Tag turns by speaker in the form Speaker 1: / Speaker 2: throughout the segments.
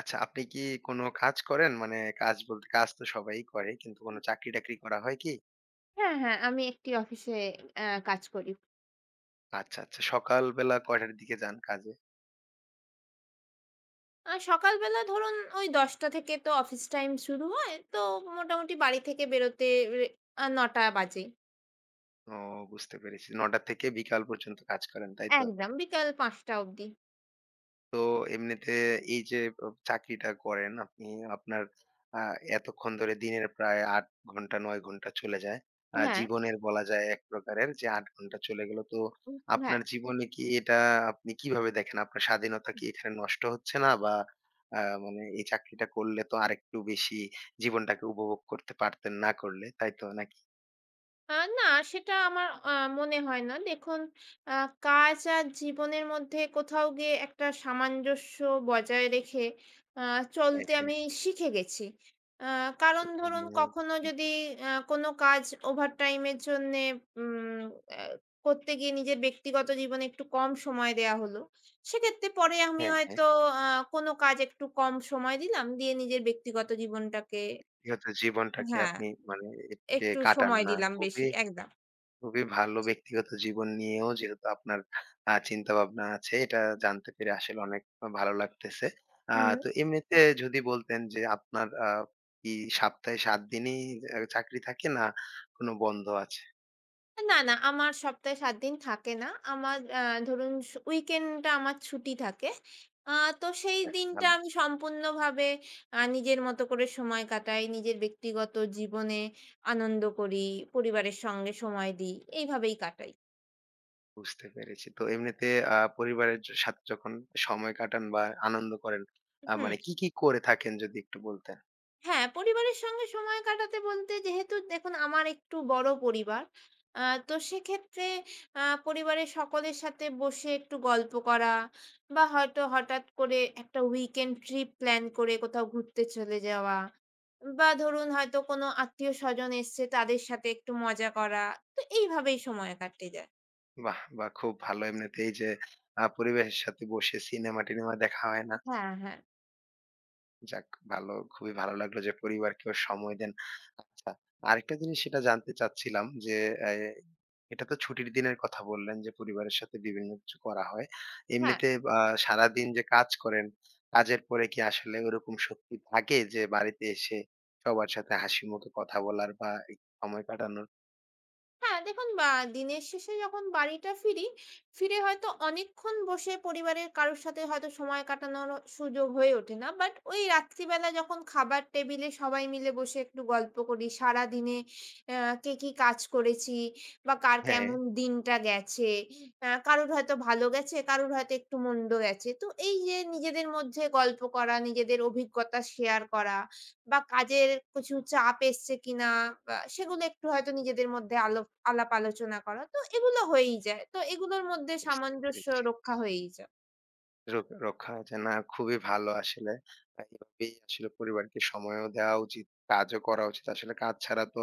Speaker 1: আচ্ছা, আপনি কি কোনো কাজ করেন? মানে কাজ বলতে কাজ তো সবাই করে। কিন্তু কোনো চাকরি-টাকরি করা হয় কি?
Speaker 2: হ্যাঁ, হ্যাঁ। আমি একটি অফিসে কাজ করি।
Speaker 1: আচ্ছা, আচ্ছা। সকালবেলা কয়টার দিকে যান কাজে?
Speaker 2: সকালবেলা ধরুন ওই ১০টা থেকে তো অফিস টাইম শুরু হয়। তো মোটামুটি বাড়ি থেকে বেরোতে রে আ ৯টা বাজে।
Speaker 1: ও, বুঝতে পেরেছি। ৯টা থেকে বিকাল পর্যন্ত কাজ করেন, তাই তো?
Speaker 2: একদম বিকাল ৫টা অবধি।
Speaker 1: তো এমনিতে এই যে চাকরিটা করেন আপনি, আপনার আ এতক্ষণ ধরে দিনের প্রায় ৮ ঘন্টা ৯ ঘন্টা চলে যায়।
Speaker 2: হ্যাঁ,
Speaker 1: জীবনের বলা যায় এক প্রকারের যে ৮ ঘন্টা চলে গেল। তো
Speaker 2: উম হ্যাঁ।
Speaker 1: আপনার জীবনে কি এটা আপনি কিভাবে দেখেন? আপনার স্বাধীনতা কি এখানে নষ্ট হচ্ছে না? বা আ মানে এই চাকরিটা করলে তো আরেকটু বেশি জীবনটাকে উপভোগ করতে পারতেন না করলে, তাই তো নাকি?
Speaker 2: না, সেটা আমার মনে হয় না। দেখুন, আ কাজ আর জীবনের মধ্যে কোথাও গিয়ে একটা সামঞ্জস্য বজায় রেখে আ
Speaker 1: হ্যাঁ,
Speaker 2: চলতে
Speaker 1: হ্যাঁ।
Speaker 2: আমি শিখে গেছি। আ কারণ ধরুন কখনো যদি কোনো কাজ ওভারটাইম এর জন্যে উম আ করতে গিয়ে নিজের ব্যক্তিগত জীবনে একটু কম সময় দেয়া হলো। সেক্ষেত্রে পরে আমি
Speaker 1: হ্যাঁ, হ্যাঁ।
Speaker 2: হয়তো আ কোনো কাজ একটু কম সময় দিলাম, দিয়ে নিজের ব্যক্তিগত জীবনটাকে
Speaker 1: যেহেতু জীবনটাকে
Speaker 2: হ্যাঁ,
Speaker 1: আপনি মানে কে
Speaker 2: একটু
Speaker 1: কাটান
Speaker 2: সময়
Speaker 1: না,
Speaker 2: দিলাম বেশি।
Speaker 1: খুবই
Speaker 2: একদম।
Speaker 1: খুবই ভালো ব্যক্তিগত জীবন নিয়েও যেহেতু আপনার চিন্তাভাবনা আছে, এটা জানতে পেরে আসলে অনেক ভালো লাগতেছে। আ
Speaker 2: হুম।
Speaker 1: তো এমনিতে যদি বলতেন যে আপনার কি সপ্তাহে ৭ দিনই চাকরি থাকে না, কোনো বন্ধ আছে?
Speaker 2: না, না আমার সপ্তাহে ৭ দিন থাকে না। আমার ধরুন উইকেন্ডটা আমার ছুটি থাকে। আ তো সেই
Speaker 1: যাক,
Speaker 2: দিনটা
Speaker 1: ভালো,
Speaker 2: আমি সম্পূর্ণভাবে নিজের মতো করে সময় কাটাই। নিজের ব্যক্তিগত জীবনে আনন্দ করি, পরিবারের সঙ্গে সময় দিই। এইভাবেই কাটাই।
Speaker 1: বুঝতে পেরেছি। তো এমনিতে পরিবারের সাথে যখন সময় কাটান বা আনন্দ করেন,
Speaker 2: হুম।
Speaker 1: মানে কি করে থাকেন যদি একটু বলতেন?
Speaker 2: হ্যাঁ, পরিবারের সঙ্গে সময় কাটাতে বলতে যেহেতু দেখুন আমার একটু বড় পরিবার। আ তো সেক্ষেত্রে আ পরিবারের সকলের সাথে বসে একটু গল্প করা বা হয়তো হঠাৎ করে একটা weekend trip প্ল্যান করে কোথাও ঘুরতে চলে যাওয়া বা ধরুন হয়তো কোনো আত্মীয়-স্বজন এসছে তাদের সাথে একটু মজা করা। তো এইভাবেই সময় কাটে যায়।
Speaker 1: বাহ! বাহ! খুব ভালো। এমনিতেই যে পরিবেশের সাথে বসে সিনেমা-টিনেমা দেখা হয় না?
Speaker 2: হ্যাঁ, হ্যাঁ।
Speaker 1: যাক, ভালো, খুবই ভালো লাগলো যে পরিবারকেও সময় দেন। আচ্ছা, আরেকটা জিনিস সেটা জানতে চাচ্ছিলাম যে এ এটা তো ছুটির দিনের কথা বললেন যে পরিবারের সাথে বিভিন্ন কিছু করা হয়।
Speaker 2: হ্যাঁ।
Speaker 1: এমনিতে আ সারাদিন যে কাজ করেন, কাজের পরে কি আসলে ওরকম শক্তি থাকে যে বাড়িতে এসে সবার সাথে হাসি মুখে কথা বলার বা একটু সময় কাটানোর?
Speaker 2: হ্যাঁ, দেখুন বা দিনের শেষে যখন বাড়িটা ফিরি, ফিরে হয়তো অনেকক্ষণ বসে পরিবারের কারো সাথে হয়তো সময় কাটানোরও সুযোগ হয়ে ওঠে না। বাট ওই রাত্রিবেলা যখন খাবার টেবিলে সবাই মিলে বসে একটু গল্প করি, সারাদিনে অ্যা কে কি কাজ করেছি বা কার
Speaker 1: হ্যাঁ,
Speaker 2: কেমন দিনটা গেছে। কারোর হয়তো ভালো গেছে, কারোর হয়তো একটু মন্দ গেছে। তো এই যে নিজেদের মধ্যে গল্প করা, নিজেদের অভিজ্ঞতা শেয়ার করা বা কাজের কিছু চাপ এসছে কিনা বা সেগুলো একটু হয়তো নিজেদের মধ্যে আলাপ আলোচনা করা। তো এগুলো হয়েই যায়। তো এগুলোর মধ্যে
Speaker 1: বুঝতে
Speaker 2: সামঞ্জস্য
Speaker 1: পেরেছি।
Speaker 2: রক্ষা হয়েই যায়।
Speaker 1: রোগ রক্ষা হয়েছে। না, খুবই ভালো আসলে। এভাবেই আসলে পরিবারকে সময়ও দেওয়া উচিত, কাজও করা উচিত। আসলে কাজ ছাড়া তো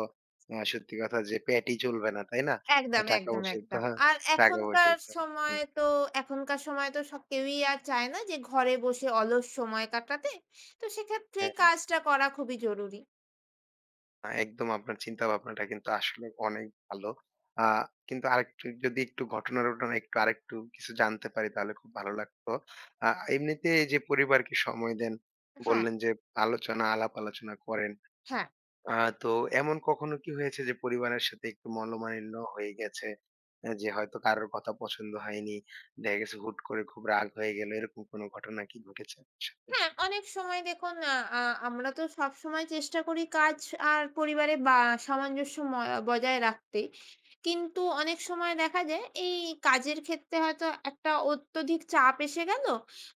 Speaker 1: সত্যি কথা যে পেটই চলবে না, তাই না? আর
Speaker 2: একদম, একদম,
Speaker 1: টাকা-পয়সাই তো
Speaker 2: একদম। আর
Speaker 1: টাকা-পয়সাই
Speaker 2: এখনকার
Speaker 1: তো আসবে
Speaker 2: সময়
Speaker 1: না।
Speaker 2: তো এখনকার সময় তো সব কেউই আর চায় না যে ঘরে বসে অলস সময় কাটাতে। তো সেক্ষেত্রে
Speaker 1: হ্যাঁ,
Speaker 2: কাজটা করা খুবই জরুরি।
Speaker 1: একদম আপনার চিন্তাভাবনাটা কিন্তু আসলে অনেক ভালো। আ কিন্তু আরেকটু যদি একটু ঘটনা-টটনা একটু আরেকটু কিছু জানতে পারি তাহলে খুব ভালো লাগতো। আ এমনিতে এই যে পরিবারকে সময় দেন,
Speaker 2: হ্যাঁ,
Speaker 1: বললেন যে আলাপ-আলোচনা করেন।
Speaker 2: হ্যাঁ।
Speaker 1: আ তো এমন কখনো কি হয়েছে যে পরিবারের সাথে একটু মনোমালিন্য হয়ে গেছে? যে হয়তো কারোর কথা পছন্দ হয়নি। দেখা গেছে হুট করে খুব রাগ হয়ে গেল। এরকম কোনো ঘটনা কি ঘটেছে আপনার সাথে?
Speaker 2: হ্যাঁ, অনেক সময় দেখুন আ আ আমরা তো সবসময় চেষ্টা করি কাজ আর পরিবারে বা সামঞ্জস্য বজায় রাখতে। কিন্তু অনেক সময় দেখা যায় এই কাজের ক্ষেত্রে হয়তো একটা অত্যধিক চাপ এসে গেল।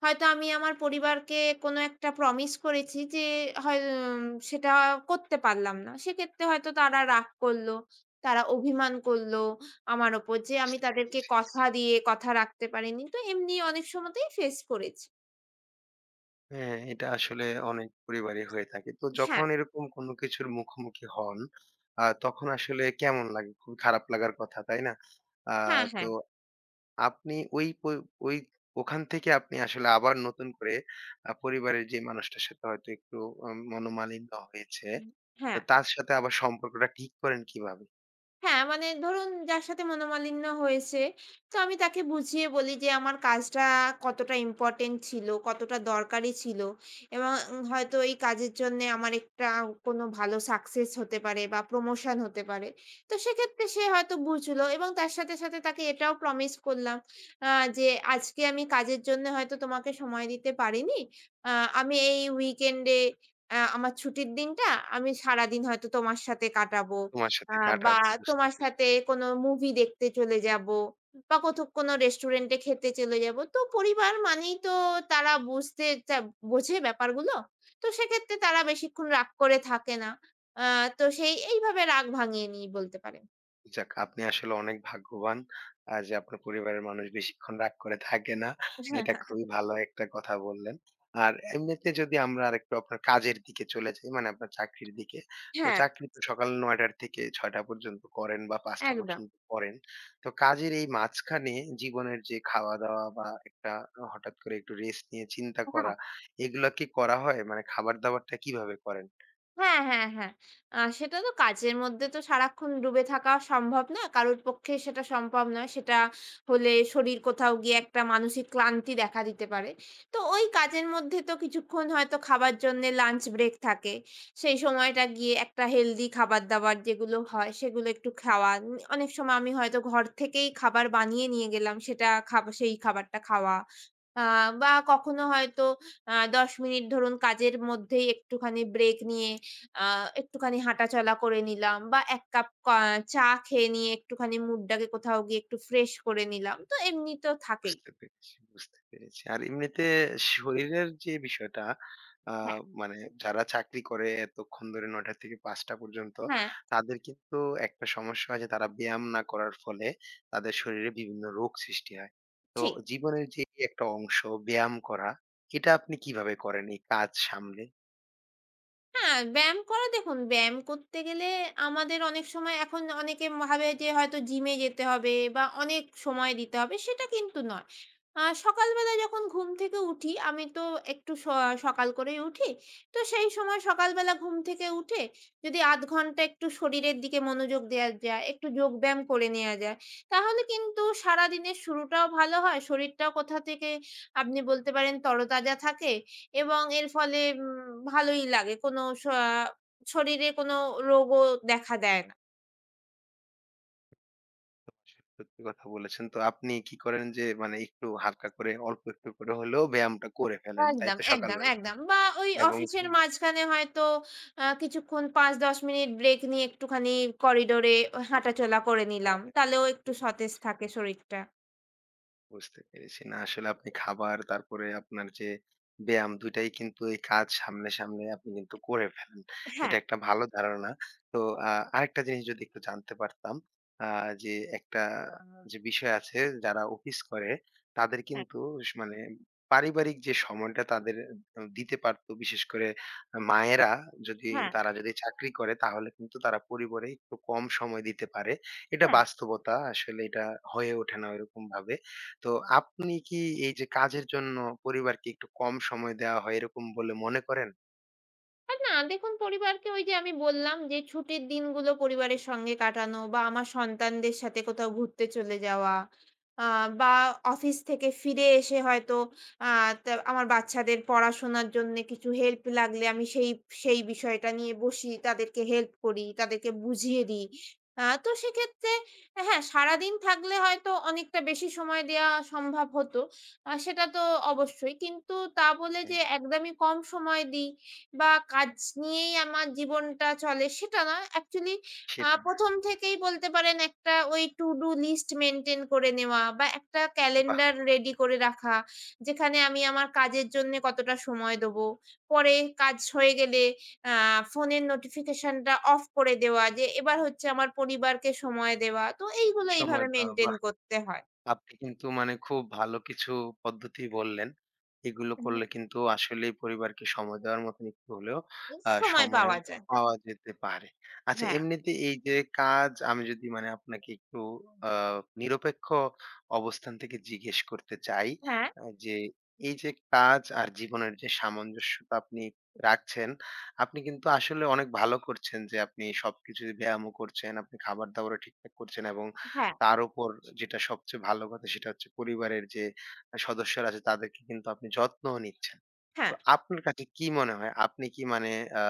Speaker 2: হয়তো আমি আমার পরিবারকে কোনো একটা প্রমিস করেছি যে হয় উম সেটা করতে পারলাম না। সেক্ষেত্রে হয়তো তারা রাগ করল, তারা অভিমান করল আমার ওপর যে আমি
Speaker 1: বুঝতে
Speaker 2: তাদেরকে
Speaker 1: পেরেছি।
Speaker 2: কথা দিয়ে কথা রাখতে পারিনি। তো এমনি অনেক সময়তেই ফেস করেছি।
Speaker 1: হ্যাঁ, এটা আসলে অনেক পরিবারই হয়ে থাকে। তো
Speaker 2: হ্যাঁ,
Speaker 1: যখন এরকম কোনো কিছুর মুখোমুখি হন, তখন আসলে কেমন লাগে? খুবই খারাপ লাগার কথা, তাই না? আ
Speaker 2: হ্যাঁ, হ্যাঁ।
Speaker 1: তো আপনি ওই প ওই ওখান থেকে আপনি আসলে আবার নতুন করে পরিবারের যে মানুষটার সাথে হয়তো একটু মনোমালিন্য হয়েছে,
Speaker 2: উম
Speaker 1: তো
Speaker 2: হ্যাঁ,
Speaker 1: তার সাথে আবার সম্পর্কটা ঠিক করেন কিভাবে?
Speaker 2: হ্যাঁ, মানে ধরুন যার সাথে মনোমালিন্য হয়েছে, তো আমি তাকে বুঝিয়ে বলি যে আমার কাজটা কতটা ইম্পোর্টেন্ট ছিল, কতটা দরকারি ছিল এবং হয়তো এই কাজের জন্যে আমার একটা কোনো ভালো সাকসেস হতে পারে বা প্রমোশন হতে পারে। তো সেক্ষেত্রে সে হয়তো বুঝলো এবং তার সাথে তাকে এটাও প্রমিস করলাম আ যে আজকে আমি কাজের জন্য হয়তো তোমাকে সময় দিতে পারিনি। আ আমি এই উইকেন্ডে আমার ছুটির দিনটা আমি সারাদিন হয়তো তোমার সাথে কাটাবো।
Speaker 1: তোমার
Speaker 2: আ
Speaker 1: সাথে
Speaker 2: বা
Speaker 1: কাটাবো বুঝতে।
Speaker 2: তোমার সাথে কোনো মুভি দেখতে চলে যাবো বা কোথাও কোনো রেস্টুরেন্টে খেতে চলে যাবো। তো পরিবার মানেই তো তারা বুঝতে চা বোঝে ব্যাপারগুলো। তো সেক্ষেত্রে তারা বেশিক্ষণ রাগ করে থাকে না। আ তো সেই এইভাবে রাগ ভাঙিয়ে নিই বলতে পারেন।
Speaker 1: যাক, আপনি আসলে অনেক ভাগ্যবান যে আপনার পরিবারের মানুষ বেশিক্ষণ রাগ করে থাকে না। এটা খুবই ভালো একটা কথা বললেন। আর এমনিতে যদি আমরা আরেকটু আপনার কাজের দিকে চলে যাই, মানে আপনার চাকরির দিকে। তো
Speaker 2: হ্যাঁ,
Speaker 1: চাকরি তো সকাল ৯ টার থেকে ৬ টা পর্যন্ত করেন বা ৫ টা
Speaker 2: একদম।
Speaker 1: পর্যন্ত করেন। তো কাজের এই মাঝখানে জীবনের যে খাওয়া-দাওয়া বা একটা হঠাৎ করে একটু রেস্ট নিয়ে চিন্তা
Speaker 2: হ্যাঁ।
Speaker 1: করা, এগুলা কি করা হয়? মানে খাবার-দাবারটা কিভাবে করেন?
Speaker 2: হ্যাঁ, হ্যাঁ, হ্যাঁ। সেটা তো কাজের মধ্যে তো সারাক্ষণ ডুবে থাকা সম্ভব না। কারোর পক্ষে সেটা সম্ভব নয়। সেটা হলে শরীর কোথাও গিয়ে একটা মানসিক ক্লান্তি দেখা দিতে পারে। তো ওই কাজের মধ্যে তো কিছুক্ষণ হয়তো খাবার জন্যে লাঞ্চ ব্রেক থাকে। সেই সময়টা গিয়ে একটা হেলদি খাবার-দাবার যেগুলো হয় সেগুলো একটু খাওয়া। অনেক সময় আমি হয়তো ঘর থেকেই খাবার বানিয়ে নিয়ে গেলাম। সেটা খাব সেই খাবারটা খাওয়া। আ বা কখনো হয়তো ১০ মিনিট ধরুন কাজের মধ্যেই একটুখানি ব্রেক নিয়ে আ একটুখানি হাঁটাচলা করে নিলাম বা ১ কাপ চা খেয়ে নিয়ে একটুখানি মুডটাকে কোথাও গিয়ে একটু ফ্রেশ করে নিলাম। তো এমনি তো থাকেই।
Speaker 1: বুঝতে পেরেছি, বুঝতে পেরেছি। আর এমনিতে শরীরের যে বিষয়টা, আ
Speaker 2: হ্যাঁ,
Speaker 1: মানে যারা চাকরি করে এতক্ষণ ধরে ৯টা থেকে ৫টা পর্যন্ত,
Speaker 2: হ্যাঁ,
Speaker 1: তাদের কিন্তু একটা সমস্যা হয় যে তারা ব্যায়াম না করার ফলে তাদের শরীরে বিভিন্ন রোগ সৃষ্টি হয়। তো
Speaker 2: ঠিক।
Speaker 1: জীবনের যে একটা অংশ ব্যায়াম করা, এটা আপনি কিভাবে করেন এই কাজ সামলে?
Speaker 2: হ্যাঁ, ব্যায়াম করা দেখুন, ব্যায়াম করতে গেলে আমাদের অনেক সময় এখন অনেকে ভাবে যে হয়তো জিমে যেতে হবে বা অনেক সময় দিতে হবে, সেটা কিন্তু নয়। সকালবেলা যখন ঘুম থেকে উঠি, আমি তো একটু স সকাল করেই উঠি। তো সেই সময় সকালবেলা ঘুম থেকে উঠে যদি ০.৫ ঘন্টা একটু শরীরের দিকে মনোযোগ দেয়া যায়, একটু যোগব্যায়াম করে নেয়া যায়, তাহলে কিন্তু সারাদিনের শুরুটাও ভালো হয়। শরীরটাও কোথা থেকে আপনি বলতে পারেন তরতাজা থাকে। এবং এর ফলে ভালোই লাগে। কোনো স শরীরে কোনো রোগও দেখা দেয় না।
Speaker 1: সত্যি কথা বলেছেন। তো আপনি কি করেন যে মানে একটু হালকা করে অল্প একটু করে হলেও ব্যায়ামটা করে ফেলেন, তাই
Speaker 2: একদম,
Speaker 1: তো
Speaker 2: একদম,
Speaker 1: সকালবেলা?
Speaker 2: একদম। বা ওই
Speaker 1: এবং
Speaker 2: অফিসের মাঝখানে হয়তো কিছুক্ষণ ৫-১০ মিনিট ব্রেক নিয়ে একটুখানি করিডোরে
Speaker 1: হ্যাঁ,
Speaker 2: হাঁটাচলা করে
Speaker 1: হ্যাঁ।
Speaker 2: নিলাম।
Speaker 1: হ্যাঁ।
Speaker 2: তাহলেও একটু সতেজ থাকে শরীরটা।
Speaker 1: বুঝতে পেরেছি। না, আসলে আপনি খাবার, তারপরে আপনার যে ব্যায়াম, ২ টাই কিন্তু এই কাজ সামনে আপনি কিন্তু করে ফেলেন।
Speaker 2: হ্যাঁ,
Speaker 1: এটা একটা ভালো ধারণা। তো আ আরেকটা জিনিস যদি একটু জানতে পারতাম, আ যে একটা যে বিষয় আছে, যারা অফিস করে তাদের
Speaker 2: হ্যাঁ,
Speaker 1: কিন্তু মানে পারিবারিক যে সময়টা তাদের দিতে পারতো, বিশেষ করে মায়েরা, যদি
Speaker 2: হ্যাঁ,
Speaker 1: তারা যদি চাকরি করে তাহলে কিন্তু তারা পরিবারে একটু কম সময় দিতে পারে। এটা
Speaker 2: হ্যাঁ।
Speaker 1: বাস্তবতা, আসলে এটা হয়ে ওঠে না ওইরকমভাবে। তো আপনি কি এই যে কাজের জন্য পরিবারকে একটু কম সময় দেওয়া হয় এরকম বলে মনে করেন?
Speaker 2: না দেখুন পরিবারকে ওই যে আমি বললাম যে ছুটির দিনগুলো পরিবারের সঙ্গে কাটানো বা আমার সন্তানদের সাথে কোথাও ঘুরতে চলে যাওয়া। আ বা অফিস থেকে ফিরে এসে হয়তো আ তা আমার বাচ্চাদের পড়াশোনার জন্যে কিছু হেল্প লাগলে আমি সেই সেই বিষয়টা নিয়ে বসি। তাদেরকে হেল্প করি, তাদেরকে বুঝিয়ে দিই। তো সেক্ষেত্রে হ্যাঁ, সারাদিন থাকলে হয়তো অনেকটা বেশি সময় দেয়া সম্ভব হতো। সেটা তো অবশ্যই। কিন্তু তা বলে
Speaker 1: হ্যাঁ,
Speaker 2: যে একদমই কম সময় দিই বা কাজ নিয়েই আমার জীবনটা চলে সেটা নয়। অ্যাকচুয়ালি
Speaker 1: সেটা না।
Speaker 2: ১ম থেকেই বলতে পারেন একটা ওই to do list মেইনটেইন করে নেওয়া বা একটা
Speaker 1: বাহ!
Speaker 2: ক্যালেন্ডার রেডি করে রাখা। যেখানে আমি আমার কাজের জন্যে কতটা সময় দেবো। পরে কাজ হয়ে গেলে আ ফোনের নোটিফিকেশনটা অফ করে দেওয়া যে এবার হচ্ছে আমার পরিবারকে সময় দেওয়া। তো এইগুলো
Speaker 1: সময়
Speaker 2: এইভাবে
Speaker 1: দেওয়া
Speaker 2: মেইনটেইন
Speaker 1: বা
Speaker 2: করতে হয়।
Speaker 1: আপনি কিন্তু মানে খুব ভালো কিছু পদ্ধতি বললেন। এগুলো করলে কিন্তু আসলেই পরিবারকে সময় দেওয়ার মতন একটু হলেও
Speaker 2: সময়
Speaker 1: সময়
Speaker 2: পাওয়া যায়।
Speaker 1: পাওয়া যেতে পারে। আচ্ছা,
Speaker 2: হ্যাঁ,
Speaker 1: এমনিতে এই যে কাজ, আমি যদি মানে আপনাকে একটু আ নিরপেক্ষ অবস্থান থেকে জিজ্ঞেস করতে চাই,
Speaker 2: হ্যাঁ,
Speaker 1: যে এই যে কাজ আর জীবনের যে সামঞ্জস্যতা আপনি রাখছেন, আপনি কিন্তু আসলে অনেক ভালো করছেন যে আপনি সবকিছু ব্যায়ামও করছেন, আপনি খাবার-দাবারও ঠিকঠাক করছেন এবং
Speaker 2: হ্যাঁ,
Speaker 1: তার উপর যেটা সবচেয়ে ভালো কথা সেটা হচ্ছে পরিবারের যে সদস্যরা আছে তাদেরকে কিন্তু আপনি যত্নও নিচ্ছেন। তো
Speaker 2: হ্যাঁ।
Speaker 1: আপনার কাছে কি মনে হয়, আপনি কি মানে আ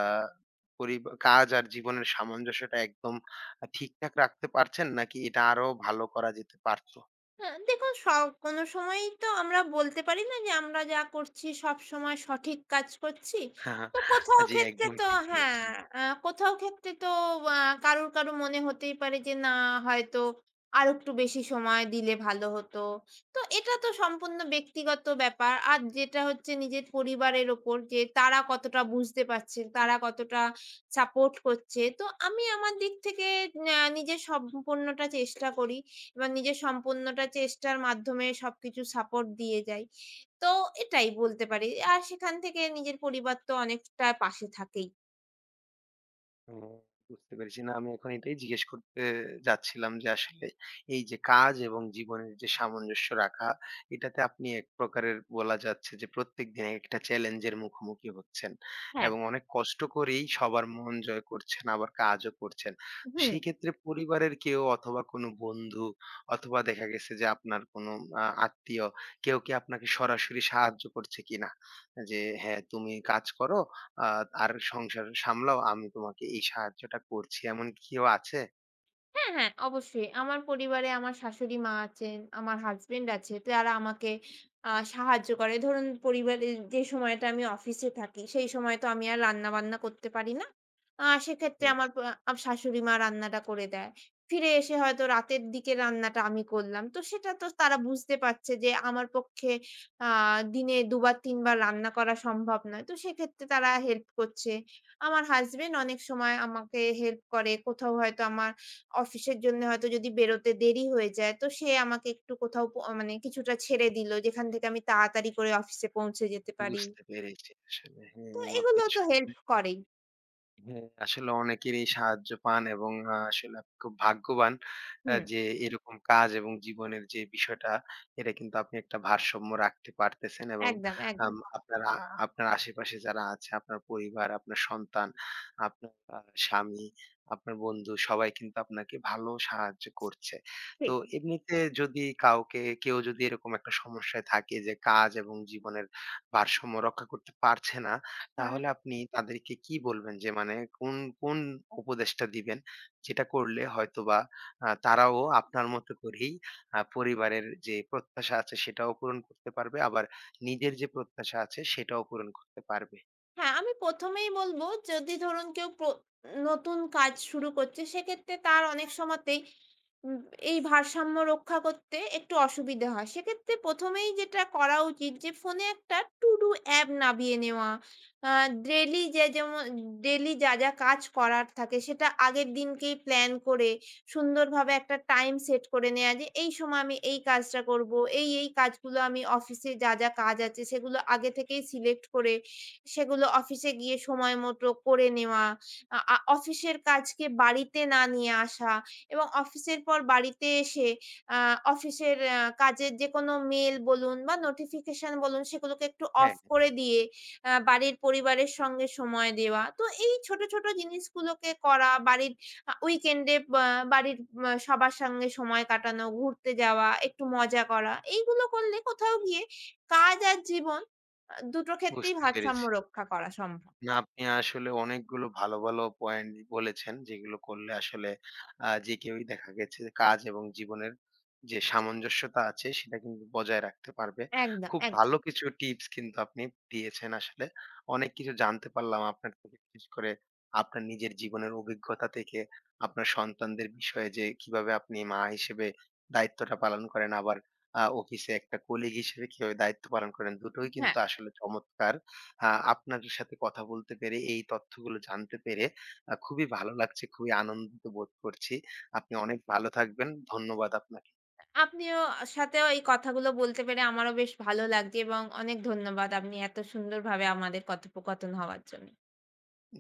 Speaker 1: পরিব কাজ আর জীবনের সামঞ্জস্যটা একদম ঠিকঠাক রাখতে পারছেন নাকি এটা আরো ভালো করা যেতে পারত?
Speaker 2: না, দেখুন কোনো সময়ই তো আমরা বলতে পারি না যে আমরা যা করছি সবসময় সঠিক কাজ করছি। তো কোথাও
Speaker 1: জি,
Speaker 2: ক্ষেত্রে
Speaker 1: একদম
Speaker 2: তো
Speaker 1: ঠিক
Speaker 2: হ্যাঁ,
Speaker 1: বলেছেন।
Speaker 2: কোথাও ক্ষেত্রে তো আ কারুর, কারুর মনে হতেই পারে যে না হয়তো আরেকটু বেশি সময় দিলে ভালো হতো। তো এটা তো সম্পূর্ণ ব্যক্তিগত ব্যাপার। আর যেটা হচ্ছে নিজের পরিবারের ওপর যে তারা কতটা বুঝতে পারছে, তারা কতটা সাপোর্ট করছে। তো আমি আমার দিক থেকে নিজের সম্পূর্ণটা চেষ্টা করি। এবার নিজের সম্পূর্ণটা চেষ্টার মাধ্যমে সবকিছু সাপোর্ট দিয়ে যাই। তো এটাই বলতে পারি। আর সেখান থেকে নিজের পরিবার তো অনেকটা পাশে থাকেই।
Speaker 1: হুম, বুঝতে পেরেছি। না, আমি এখন এটাই জিজ্ঞেস করতে যাচ্ছিলাম যে আসলে এই যে কাজ এবং জীবনের যে সামঞ্জস্য রাখা, এটাতে আপনি এক প্রকারের বলা যাচ্ছে যে প্রত্যেকদিন একটা চ্যালেঞ্জের মুখোমুখি হচ্ছেন
Speaker 2: হ্যাঁ।
Speaker 1: এবং অনেক কষ্ট করেই সবার মন জয় করছেন, আবার কাজও করছেন। তো
Speaker 2: হুম।
Speaker 1: সেই ক্ষেত্রে পরিবারের কেউ অথবা কোনো বন্ধু অথবা দেখা গেছে যে আপনার কোনো আত্মীয়, কেউ কি আপনাকে সরাসরি সাহায্য করছে কিনা? যে, "হ্যাঁ, তুমি কাজ করো আ আর সংসার সামলাও, আমি তোমাকে এই সাহায্যটা করছি।" এমন কেউ আছে?
Speaker 2: হ্যাঁ, হ্যাঁ, অবশ্যই। আমার পরিবারে আমার শাশুড়ি মা আছেন, আমার হাসব্যান্ড আছে। তারা আমাকে সাহায্য করে। ধরুন পরিবারের যে সময়টা আমি অফিসে থাকি, সেই সময় তো আমি আর রান্না-বান্না করতে পারি না। সেক্ষেত্রে
Speaker 1: হ্যাঁ।
Speaker 2: আমার প আ শাশুড়ি মা রান্নাটা করে দেয়। ফিরে এসে হয়তো রাতের দিকে রান্নাটা আমি করলাম। তো সেটা তো তারা বুঝতে পারছে যে আমার পক্ষে আ দিনে ২ বার ৩ বার রান্না করা সম্ভব নয়। তো সেক্ষেত্রে তারা হেল্প করছে। আমার হাসব্যান্ড অনেক সময় আমাকে হেল্প করে। কোথাও হয়তো আমার অফিসের জন্য হয়তো যদি বেরোতে দেরি হয়ে যায়, তো সে আমাকে একটু কোথাও মানে কিছুটা ছেড়ে দিল, যেখান থেকে আমি তাড়াতাড়ি করে অফিসে পৌঁছে যেতে পারি।
Speaker 1: বুঝতে পেরেছি আসলে।
Speaker 2: তো
Speaker 1: হ্যাঁ, আপনি,
Speaker 2: এগুলো তো হেল্প করেই।
Speaker 1: হ্যাঁ, আসলে অনেকেরই সাহায্য পান এবং আসলে আপনি খুব ভাগ্যবান
Speaker 2: হুম,
Speaker 1: যে এরকম কাজ এবং জীবনের যে বিষয়টা, এটা কিন্তু আপনি একটা ভারসাম্য রাখতে পারতেছেন এবং
Speaker 2: একদম, একদম।
Speaker 1: আম আপনার আ আপনার আশেপাশে যারা আছে, আপনার পরিবার, আপনার সন্তান, আপনার আ স্বামী, আপনার বন্ধু, সবাই কিন্তু আপনাকে ভালো সাহায্য করছে। তো
Speaker 2: ঠিক।
Speaker 1: এমনিতে যদি কাউকে, কেউ যদি এরকম একটা সমস্যায় থাকে যে কাজ এবং জীবনের ভারসাম্য রক্ষা করতে পারছে না,
Speaker 2: আ
Speaker 1: তাহলে আপনি তাদেরকে কি বলবেন, যে মানে কোন, কোন উপদেশটা দিবেন? যেটা করলে হয়তোবা তারাও আপনার মতো করেই পরিবারের যে প্রত্যাশা আছে সেটাও পূরণ করতে পারবে, আবার নিজের যে প্রত্যাশা আছে সেটাও পূরণ করতে পারবে।
Speaker 2: হ্যাঁ, আমি ১ম এই বলব যদি ধরুন কেউ নতুন কাজ শুরু করছে সেক্ষেত্রে তার অনেক সময়তেই উম এই ভারসাম্য রক্ষা করতে একটু অসুবিধে হয়। সেক্ষেত্রে ১ম এই যেটা করা উচিত যে ফোনে একটা to do অ্যাপ নামিয়ে নেওয়া। আ ডেইলি যে যেমন ডেইলি যা, যা কাজ করার থাকে সেটা আগের দিনকেই প্ল্যান করে সুন্দরভাবে একটা টাইম সেট করে নেয়া যে এই সময় আমি এই কাজটা করব। এই কাজগুলো আমি অফিসে যা, যা কাজ আছে সেগুলো আগে থেকেই সিলেক্ট করে সেগুলো অফিসে গিয়ে সময় মতো করে নেওয়া। আ আ অফিসের কাজকে বাড়িতে না নিয়ে আসা এবং অফিসের পর বাড়িতে এসে আ অফিসের কাজের যেকোনো মেইল বলুন বা নোটিফিকেশন বলুন সেগুলোকে একটু অফ
Speaker 1: হ্যাঁ,
Speaker 2: করে দিয়ে বাড়ির পরিবারের সঙ্গে সময় দেওয়া। তো এই ছোট, ছোট জিনিসগুলোকে করা, বাড়ির উইকেন্ডে বা বাড়ির সবার সঙ্গে সময় কাটানো, ঘুরতে যাওয়া, একটু মজা করা। এইগুলো করলে কোথাও গিয়ে কাজ আর জীবন দুটো ক্ষেত্রেই
Speaker 1: বুঝতে
Speaker 2: ভারসাম্য
Speaker 1: পেরেছি।
Speaker 2: রক্ষা করা সম্ভব।
Speaker 1: না, আপনি আসলে অনেকগুলো ভালো, ভালো পয়েন্ট বলেছেন, যেগুলো করলে আসলে যে কেউই, দেখা গেছে যে কাজ এবং জীবনের যে সামঞ্জস্যতা আছে, সেটা কিন্তু বজায় রাখতে পারবে।
Speaker 2: একদম,
Speaker 1: খুব
Speaker 2: একদম।
Speaker 1: ভালো কিছু টিপস কিন্তু আপনি দিয়েছেন আসলে। অনেক কিছু জানতে পারলাম আপনার থেকে, বিশেষ করে আপনার নিজের জীবনের অভিজ্ঞতা থেকে, আপনার সন্তানদের বিষয়ে যে কিভাবে আপনি মা হিসেবে দায়িত্বটা পালন করেন, আবার অফিসে একটা কলিগ হিসেবে কিভাবে দায়িত্ব পালন করেন, দুটোই
Speaker 2: হ্যাঁ,
Speaker 1: কিন্তু আসলে চমৎকার। আ আপনার সাথে কথা বলতে পেরে, এই তথ্যগুলো জানতে পেরে খুবই ভালো লাগছে, খুবই আনন্দিত বোধ করছি। আপনি অনেক ভালো থাকবেন। ধন্যবাদ আপনাকে।
Speaker 2: আপনিও সাথেও এই কথাগুলো বলতে পেরে আমারও বেশ ভালো লাগছে এবং অনেক ধন্যবাদ আপনি এত সুন্দরভাবে আমাদের কথোপকথন হওয়ার জন্য।
Speaker 1: জি।